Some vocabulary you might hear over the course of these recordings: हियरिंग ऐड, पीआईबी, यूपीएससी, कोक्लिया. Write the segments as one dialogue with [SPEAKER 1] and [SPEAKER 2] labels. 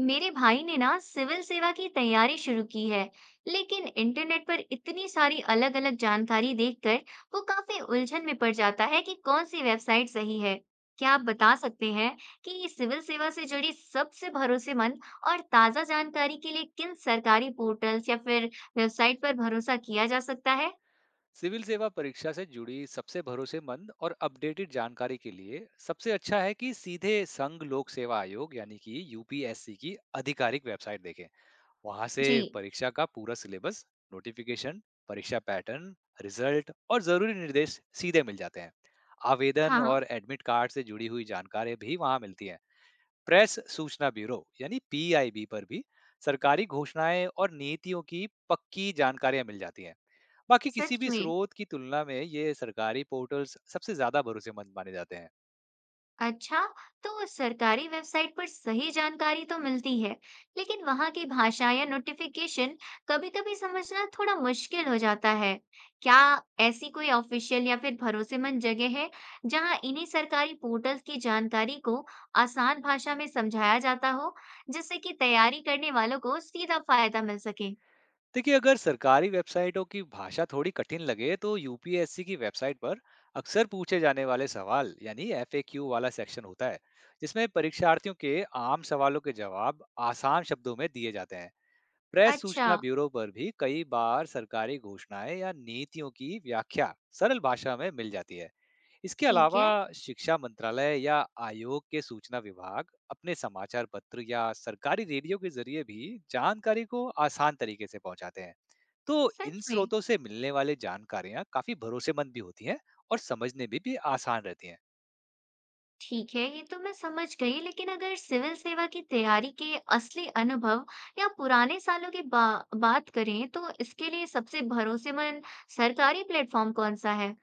[SPEAKER 1] मेरे भाई ने ना civil सेवा की तैयारी शुरू की है, लेकिन इंटरनेट पर इतनी सारी अलग-अलग जानकारी देखकर वो काफी उलझन में पड़ जाता है कि कौन सी वेबसाइट सही है। क्या आप बता सकते हैं कि सिविल सेवा से जुड़ी सबसे भरोसेमंद और ताजा जानकारी के लिए किन सरकारी पोर्टल्स या फिर वेबसाइट पर भरोसा किया जा सकता है?
[SPEAKER 2] सिविल सेवा परीक्षा से जुड़ी सबसे भरोसेमंद और अपडेटेड जानकारी के लिए सबसे अच्छा है कि सीधे संघ लोक सेवा आयोग यानी कि यूपीएससी की आधिकारिक वेबसाइट देखें। वहां से
[SPEAKER 1] जी।
[SPEAKER 2] परीक्षा का पूरा सिलेबस, नोटिफिकेशन, परीक्षा पैटर्न, रिजल्ट और जरूरी निर्देश सीधे मिल जाते हैं। आवेदन
[SPEAKER 1] हाँ।
[SPEAKER 2] और एडमिट कार्ड से जुड़ी हुई जानकारी भी वहां मिलती है। प्रेस सूचना ब्यूरो यानी पीआईबी पर भी सरकारी घोषणाएं और नीतियों की पक्की जानकारियां मिल जाती हैं। बाकी किसी
[SPEAKER 1] सच
[SPEAKER 2] भी
[SPEAKER 1] में।
[SPEAKER 2] स्रोत की तुलना में ये सरकारी पोर्टल्स सबसे ज्यादा भरोसेमंद माने जाते हैं।
[SPEAKER 1] अच्छा, तो सरकारी वेबसाइट पर सही जानकारी तो मिलती है, लेकिन वहाँ की भाषा या नोटिफिकेशन कभी-कभी समझना थोड़ा मुश्किल हो जाता है। क्या ऐसी कोई ऑफिशियल या फिर भरोसेमंद जगह है जहाँ इन्हीं सरकारी पोर्टल्स की जानकारी को आसान भाषा में समझाया जाता हो, जिससे कि तैयारी करने वालों को सीधा फायदा मिल सके?
[SPEAKER 2] देखिए, अगर सरकारी वेबसाइटों की भाषा थोड़ी कठिन लगे तो यूपीएससी की वेबसाइट पर अक्सर पूछे जाने वाले सवाल यानी एफएक्यू वाला सेक्शन होता है, जिसमें परीक्षार्थियों के आम सवालों के जवाब आसान शब्दों में दिए जाते हैं। प्रेस
[SPEAKER 1] अच्छा।
[SPEAKER 2] सूचना ब्यूरो पर भी कई बार सरकारी घोषणाएं या नीतियों की व्याख्या सरल भाषा में मिल जाती है। इसके
[SPEAKER 1] ठीक
[SPEAKER 2] अलावा
[SPEAKER 1] है।
[SPEAKER 2] शिक्षा मंत्रालय या आयोग के सूचना विभाग अपने समाचार पत्र या सरकारी रेडियो के जरिए भी जानकारी को आसान तरीके से पहुंचाते हैं। तो इन
[SPEAKER 1] सच में।
[SPEAKER 2] स्रोतों से मिलने वाली जानकारियां काफी भरोसेमंद भी होती हैं और समझने में भी आसान रहती हैं।
[SPEAKER 1] ठीक है, ये तो मैं समझ गई। लेकिन अगर सिविल सेवा की तैयारी के असली अनुभव या पुराने सालों की बात करें, तो इसके लिए सबसे भरोसेमंद सरकारी प्लेटफॉर्म कौन सा है?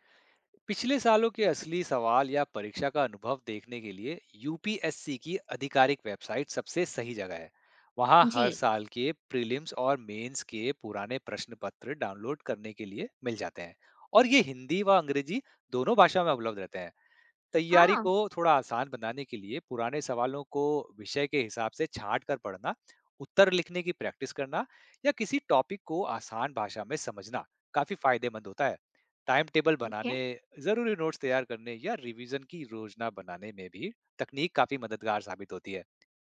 [SPEAKER 2] पिछले सालों के असली सवाल या परीक्षा का अनुभव देखने के लिए यूपीएससी की आधिकारिक वेबसाइट सबसे सही जगह है। वहां
[SPEAKER 1] जी।
[SPEAKER 2] हर साल के प्रीलिम्स और मेंस के पुराने प्रश्न पत्र डाउनलोड करने के लिए मिल जाते हैं, और ये हिंदी व अंग्रेजी दोनों भाषा में उपलब्ध रहते हैं। तैयारी को
[SPEAKER 1] हाँ।
[SPEAKER 2] थोड़ा आसान बनाने के लिए पुराने सवालों को विषय के हिसाब से छांट कर पढ़ना, उत्तर लिखने की प्रैक्टिस करना या किसी टॉपिक को आसान भाषा में समझना काफी फायदेमंद होता है। टाइम टेबल
[SPEAKER 1] ठीक है।
[SPEAKER 2] बनाने, जरूरी नोट्स तैयार करने या रिवीजन की योजना बनाने में भी तकनीक काफी मददगार साबित होती है।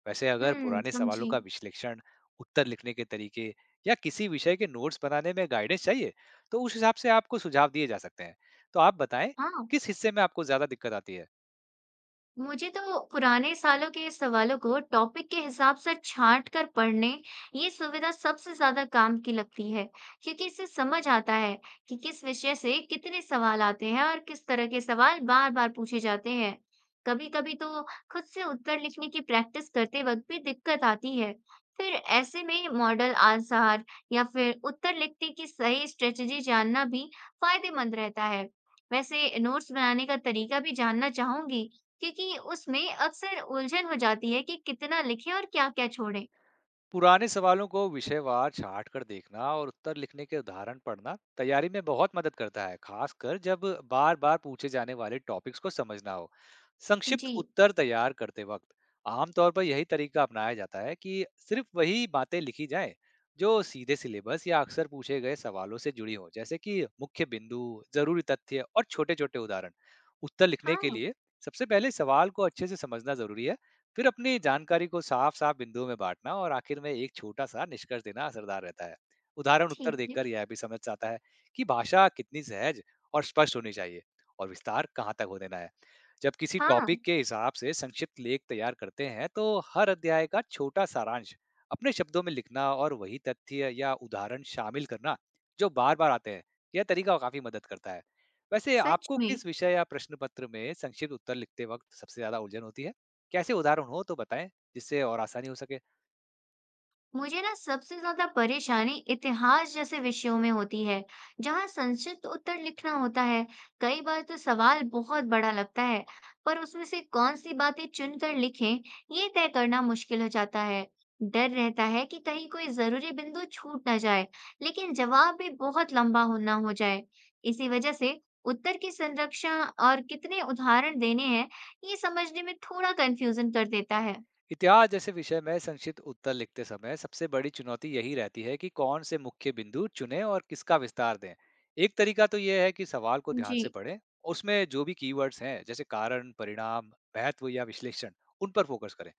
[SPEAKER 2] वैसे अगर
[SPEAKER 1] हम्म,
[SPEAKER 2] पुराने सवालों
[SPEAKER 1] समझी।
[SPEAKER 2] का विश्लेषण, उत्तर लिखने के तरीके या किसी विषय के नोट्स बनाने में गाइडेंस चाहिए, तो उस हिसाब से आपको सुझाव दिए जा सकते हैं। तो आप बताएं,
[SPEAKER 1] हाँ।
[SPEAKER 2] किस हिस्से में आपको ज्यादा दिक्कत आती है?
[SPEAKER 1] मुझे तो पुराने सालों के सवालों को टॉपिक के हिसाब से छांट कर पढ़ने, ये सुविधा सबसे ज्यादा काम की लगती है, क्योंकि इससे समझ आता है कि किस विषय से कितने सवाल आते हैं और किस तरह के सवाल बार बार पूछे जाते हैं। कभी कभी तो खुद से उत्तर लिखने की प्रैक्टिस करते वक्त भी दिक्कत आती है। फिर ऐसे में मॉडल आंसर या फिर उत्तर लिखने की सही स्ट्रेटजी जानना भी फायदेमंद रहता है। वैसे नोट्स बनाने का तरीका भी जानना चाहूंगी, क्योंकि उसमें अक्सर उलझन हो जाती है कि कितना लिखें और क्या-क्या छोड़ें।
[SPEAKER 2] पुराने सवालों को विषयवार छाट कर देखना और उत्तर लिखने के उदाहरण पढ़ना तैयारी में बहुत मदद करता है, खासकर जब बार बार पूछे जाने वाले टॉपिक्स को समझना हो। संक्षिप्त
[SPEAKER 1] जी।
[SPEAKER 2] उत्तर तैयार करते वक्त आमतौर पर यही तरीका अपनाया जाता है कि सिर्फ वही बातें लिखी जाएं जो सीधे सिलेबस या अक्सर पूछे गए सवालों से जुड़ी हों, जैसे कि मुख्य बिंदु, जरूरी तथ्य और छोटे छोटे उदाहरण। उत्तर लिखने के
[SPEAKER 1] हाँ।
[SPEAKER 2] लिए सबसे पहले सवाल को अच्छे से समझना जरूरी है, फिर अपनी जानकारी को साफ-साफ बिंदुओं में बाँटना और आखिर में एक छोटा-सा निष्कर्ष देना असरदार रहता है। उदाहरण उत्तर
[SPEAKER 1] ठीक है।
[SPEAKER 2] देखकर यह भी समझ आता है कि भाषा कितनी सहज और स्पष्ट होनी चाहिए और विस्तार कहाँ तक हो देना है। जब किसी
[SPEAKER 1] हाँ।
[SPEAKER 2] टॉपिक के हिसाब से संक्षिप्त लेख तैयार करते हैं, तो हर अध्याय का छोटा सारांश अपने शब्दों में लिखना और वही तथ्य या उदाहरण शामिल करना, जो बार-बार आते हैं, यह तरीका काफ़ी मदद करता है। वैसे
[SPEAKER 1] सच
[SPEAKER 2] आपको
[SPEAKER 1] में।
[SPEAKER 2] किस विषय या प्रश्न पत्र में संक्षिप्त उत्तर लिखते वक्त सबसे ज़्यादा उलझन होती है? कैसे उदाहरण हो तो बताएं, जिससे और आसानी हो सके।
[SPEAKER 1] मुझे ना सबसे ज्यादा परेशानी इतिहास जैसे विषयों में होती है, जहाँ संक्षिप्त उत्तर लिखना होता है। कई बार तो सवाल बहुत बड़ा लगता है, पर उसमें से कौन सी बातें चुनकर लिखें, ये तय करना मुश्किल हो जाता है। डर रहता है कि कहीं कोई जरूरी बिंदु छूट ना जाए, लेकिन जवाब भी बहुत लंबा हो ना हो जाए। इसी वजह से उत्तर की संरक्षण और कितने उदाहरण देने हैं, ये समझने में थोड़ा कंफ्यूजन कर देता है।
[SPEAKER 2] इतिहास जैसे विषय में संक्षिप्त उत्तर लिखते समय सबसे बड़ी चुनौती यही रहती है कि कौन से मुख्य बिंदु चुनें और किसका विस्तार दें। एक तरीका तो यह है कि सवाल को ध्यान
[SPEAKER 1] जी।
[SPEAKER 2] से पढ़ें, उसमें जो भी कीवर्ड्स हैं, जैसे कारण, परिणाम, महत्व या विश्लेषण, उन पर फोकस करें।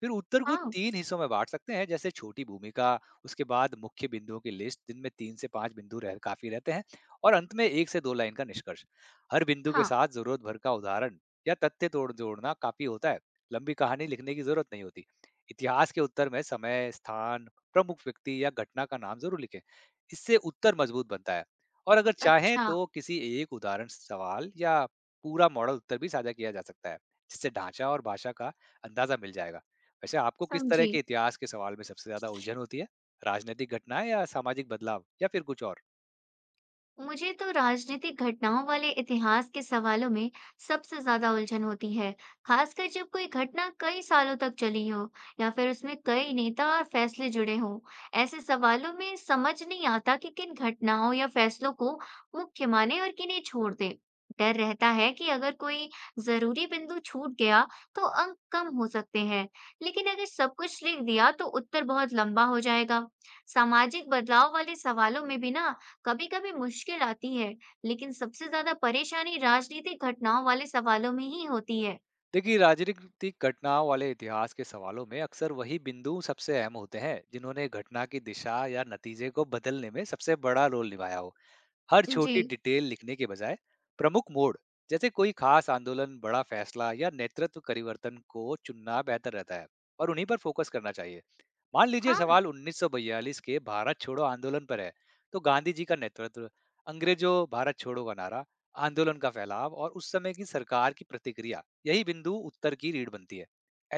[SPEAKER 2] फिर उत्तर को
[SPEAKER 1] हाँ।
[SPEAKER 2] तीन हिस्सों में बांट सकते हैं, जैसे छोटी भूमिका, उसके बाद मुख्य बिंदुओं की लिस्ट जिनमें तीन से पांच बिंदु रह काफी रहते हैं, और अंत में एक से दो लाइन का निष्कर्ष। हर बिंदु के
[SPEAKER 1] हाँ।
[SPEAKER 2] साथ जरूरत भर का उदाहरण या तथ्य तोड़ जोड़ना काफी होता है, लंबी कहानी लिखने की जरूरत नहीं होती। इतिहास के उत्तर में समय, स्थान, प्रमुख व्यक्ति या घटना का नाम जरूर लिखें। इससे उत्तर मजबूत बनता है। और अगर चाहें
[SPEAKER 1] अच्छा।
[SPEAKER 2] तो किसी एक उदाहरण सवाल या पूरा मॉडल उत्तर भी साझा किया जा सकता है, जिससे ढांचा और भाषा का अंदाजा मिल जाएगा। वैसे आपको किस तरह
[SPEAKER 1] समझी।
[SPEAKER 2] के इतिहास के सवाल में सबसे ज्यादा उलझन होती है? राजनीतिक घटनाएं या सामाजिक बदलाव या फिर कुछ और?
[SPEAKER 1] मुझे तो राजनीतिक घटनाओं वाले इतिहास के सवालों में सबसे ज्यादा उलझन होती है, खासकर जब कोई घटना कई सालों तक चली हो या फिर उसमें कई नेता और फैसले जुड़े हों। ऐसे सवालों में समझ नहीं आता कि किन घटनाओं या फैसलों को मुख्य माने और किन्हें छोड़ दे। डर रहता है कि अगर कोई जरूरी बिंदु छूट गया तो अंक कम हो सकते हैं, लेकिन अगर सब कुछ लिख दिया तो उत्तर बहुत लंबा हो जाएगा। सामाजिक बदलाव वाले सवालों में भी ना कभी-कभी मुश्किल आती है, लेकिन सबसे ज्यादा परेशानी राजनीतिक घटनाओं वाले सवालों में ही होती है।
[SPEAKER 2] देखिए, राजनीतिक घटनाओं वाले इतिहास के सवालों में अक्सर वही बिंदु सबसे अहम होते हैं जिन्होंने घटना की दिशा या नतीजे को बदलने में सबसे बड़ा रोल निभाया हो। हर
[SPEAKER 1] जी।
[SPEAKER 2] छोटी डिटेल लिखने के बजाय प्रमुख मोड़, जैसे कोई खास आंदोलन, बड़ा फैसला या नेतृत्व परिवर्तन को चुनना बेहतर रहता है और उन्हीं पर फोकस करना चाहिए। मान लीजिए
[SPEAKER 1] हाँ।
[SPEAKER 2] सवाल 1942 के भारत छोड़ो आंदोलन पर है, तो गांधी जी का नेतृत्व, अंग्रेजों भारत छोड़ो का नारा, आंदोलन का फैलाव और उस समय की सरकार की प्रतिक्रिया, यही बिंदु उत्तर की रीढ़ बनती है।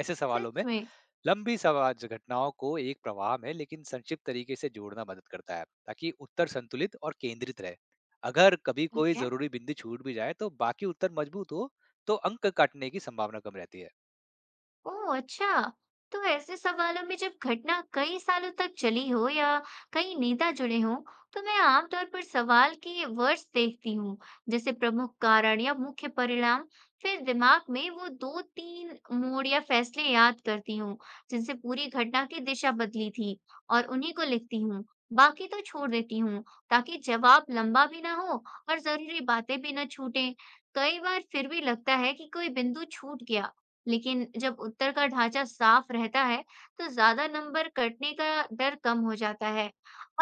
[SPEAKER 2] ऐसे सवालों
[SPEAKER 1] सच
[SPEAKER 2] में
[SPEAKER 1] में।
[SPEAKER 2] लंबी समाज घटनाओं को एक प्रवाह में लेकिन संक्षिप्त तरीके से जोड़ना मदद करता है, ताकि उत्तर संतुलित और केंद्रित रहे। अगर कभी कोई
[SPEAKER 1] ठीक है।
[SPEAKER 2] जरूरी बिंदु छूट भी जाए तो बाकी उत्तर मजबूत हो, तो अंक काटने की संभावना कम रहती है।
[SPEAKER 1] ओह, अच्छा! तो ऐसे सवालों में जब घटना कई सालों तक चली हो या कई नेता जुड़े हों, तो मैं आमतौर पर सवाल के वर्ड्स देखती हूँ, जैसे प्रमुख कारण या मुख्य परिणाम। फिर दिमाग में वो 2-3 मोड़ या फैसले याद करती हूँ, जिनसे पूरी घटना की दिशा बदली थी और उन्हीं को लिखती हूँ। बाकी तो छोड़ देती हूँ, ताकि जवाब लंबा भी ना हो और ज़रूरी बातें भी ना छूटें। कई बार फिर भी लगता है कि कोई बिंदु छूट गया। लेकिन जब उत्तर का ढाँचा साफ रहता है, तो ज़्यादा नंबर कटने का डर कम हो जाता है।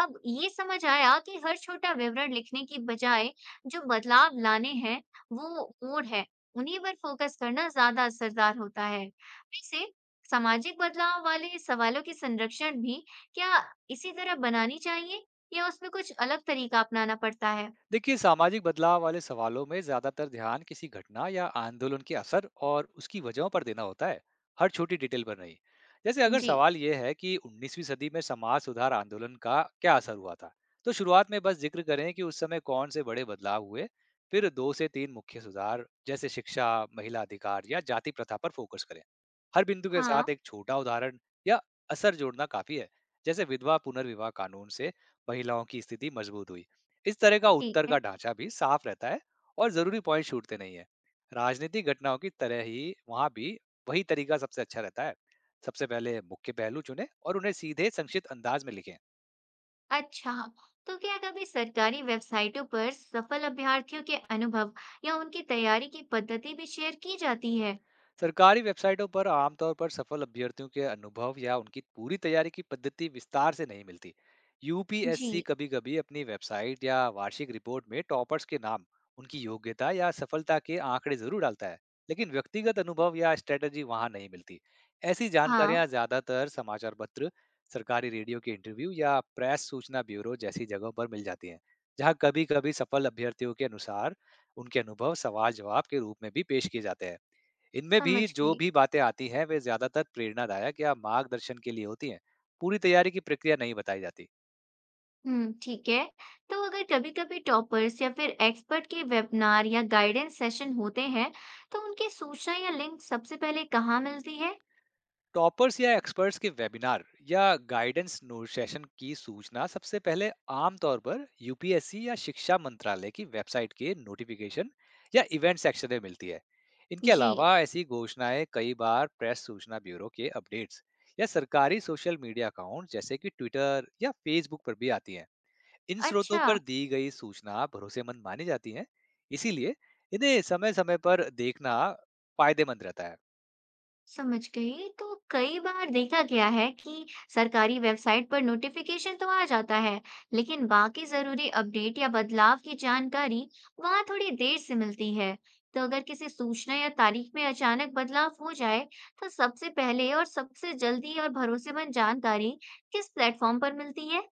[SPEAKER 1] अब ये समझ आया कि हर छोटा विवरण लिखने की बजाय जो बदलाव लाने हैं, वो मोड़ है, उन्हीं पर फोकस करना ज़्यादा असरदार होता है। वैसे, सामाजिक बदलाव वाले सवालों की संरक्षण भी क्या इसी तरह बनानी चाहिए, या उसमें कुछ अलग तरीका अपनाना पड़ता है?
[SPEAKER 2] देखिए, सामाजिक बदलाव वाले सवालों में ज्यादातर ध्यान किसी घटना या आंदोलन के असर और उसकी वजहों पर देना होता है, हर छोटी डिटेल पर नहीं। जैसे अगर
[SPEAKER 1] जी।
[SPEAKER 2] सवाल यह है कि 19वीं सदी में समाज सुधार आंदोलन का क्या असर हुआ था, तो शुरुआत में बस जिक्र करें कि उस समय कौन से बड़े बदलाव हुए। फिर दो से तीन मुख्य सुधार, जैसे शिक्षा, महिला अधिकार या जाति प्रथा पर फोकस करें। हर बिंदु के
[SPEAKER 1] हाँ।
[SPEAKER 2] साथ एक छोटा उदाहरण या असर जोड़ना काफी है, जैसे विधवा पुनर्विवाह कानून से महिलाओं की स्थिति मजबूत हुई। इस तरह का
[SPEAKER 1] ठीक
[SPEAKER 2] उत्तर
[SPEAKER 1] है।
[SPEAKER 2] का ढांचा भी साफ रहता है और जरूरी पॉइंट छूटते नहीं है। राजनीतिक घटनाओं की तरह ही वहां भी वही तरीका सबसे अच्छा रहता है, सबसे पहले मुख्य पहलू चुने और उन्हें सीधे संक्षिप्त अंदाज में लिखें।
[SPEAKER 1] अच्छा, तो क्या कभी सरकारी वेबसाइटों पर सफल अभ्यर्थियों के अनुभव या उनकी तैयारी की पद्धति भी शेयर की जाती है?
[SPEAKER 2] सरकारी वेबसाइटों पर आमतौर पर सफल अभ्यर्थियों के अनुभव या उनकी पूरी तैयारी की पद्धति विस्तार से नहीं मिलती।
[SPEAKER 1] जी।
[SPEAKER 2] यूपीएससी कभी कभी अपनी वेबसाइट या वार्षिक रिपोर्ट में टॉपर्स के नाम, उनकी योग्यता या सफलता के आंकड़े जरूर डालता है, लेकिन व्यक्तिगत अनुभव या स्ट्रेटजी वहां नहीं मिलती। ऐसी
[SPEAKER 1] हाँ।
[SPEAKER 2] जानकारियां ज्यादातर समाचार पत्र, सरकारी रेडियो के इंटरव्यू या प्रेस सूचना ब्यूरो जैसी जगहों पर मिल जाती हैं, जहां कभी कभी सफल अभ्यर्थियों के अनुसार उनके अनुभव सवाल जवाब के रूप में भी पेश किए जाते हैं। इनमें भी
[SPEAKER 1] समझ
[SPEAKER 2] जो
[SPEAKER 1] गई।
[SPEAKER 2] भी बातें आती हैं, वे ज्यादातर प्रेरणादायक या मार्गदर्शन के लिए होती हैं, पूरी तैयारी की प्रक्रिया नहीं बताई जाती।
[SPEAKER 1] हम्म, ठीक है। तो अगर कभी कभी टॉपर्स या फिर एक्सपर्ट के वेबिनार या गाइडेंस सेशन होते हैं, तो उनकी सूचना या लिंक सबसे पहले कहाँ मिलती है?
[SPEAKER 2] टॉपर्स या एक्सपर्ट्स के वेबिनार या गाइडेंस सेशन की सूचना सबसे पहले आमतौर पर यूपीएससी या शिक्षा मंत्रालय की वेबसाइट के नोटिफिकेशन या इवेंट सेक्शन में मिलती है। इनके
[SPEAKER 1] जी।
[SPEAKER 2] अलावा ऐसी घोषणाएं कई बार प्रेस सूचना ब्यूरो के अपडेट्स या सरकारी सोशल मीडिया अकाउंट, जैसे कि ट्विटर या फेसबुक पर भी आती हैं। इन स्रोतों
[SPEAKER 1] अच्छा।
[SPEAKER 2] पर दी गई सूचना भरोसेमंद मानी जाती है, इसीलिए इन्हें समय समय पर देखना फायदेमंद रहता है।
[SPEAKER 1] समझ गई। तो कई बार देखा गया है कि सरकारी वेबसाइट पर नोटिफिकेशन तो आ जाता है, लेकिन बाकी जरूरी अपडेट या बदलाव की जानकारी वहां थोड़ी देर से मिलती है। तो अगर किसी सूचना या तारीख में अचानक बदलाव हो जाए, तो सबसे पहले और सबसे जल्दी और भरोसेमंद जानकारी किस प्लेटफॉर्म पर मिलती है?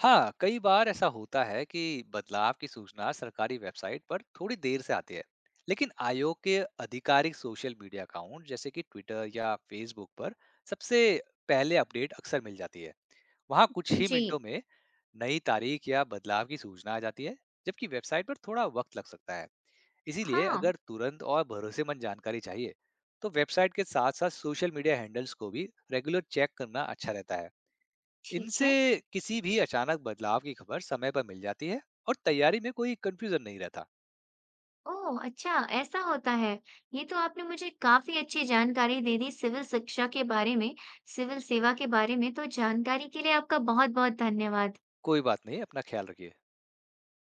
[SPEAKER 2] हाँ, कई बार ऐसा होता है कि बदलाव की सूचना सरकारी वेबसाइट पर थोड़ी देर से आती है, लेकिन आयोग के आधिकारिक सोशल मीडिया अकाउंट, जैसे कि ट्विटर या फेसबुक पर सबसे पहले अपडेट अक्सर मिल जाती है। वहाँ कुछ ही
[SPEAKER 1] जी।
[SPEAKER 2] मिनटों में नई तारीख या बदलाव की सूचना आ जाती है, जबकि वेबसाइट पर थोड़ा वक्त लग सकता है। इसीलिए
[SPEAKER 1] हाँ।
[SPEAKER 2] अगर तुरंत और भरोसेमंद जानकारी चाहिए, तो वेबसाइट के साथ साथ सोशल मीडिया हैंडल्स को भी रेगुलर चेक करना अच्छा रहता है।
[SPEAKER 1] ठीक
[SPEAKER 2] इनसे
[SPEAKER 1] है।
[SPEAKER 2] किसी भी अचानक बदलाव की खबर समय पर मिल जाती है और तैयारी में कोई कंफ्यूजन नहीं रहता।
[SPEAKER 1] ओह, अच्छा! ऐसा होता है। ये तो आपने मुझे काफ़ी अच्छी जानकारी दे दी सिविल शिक्षा के बारे में, सिविल सेवा के बारे में। तो जानकारी के लिए आपका बहुत-बहुत धन्यवाद।
[SPEAKER 2] कोई बात नहीं, अपना ख्याल रखिए।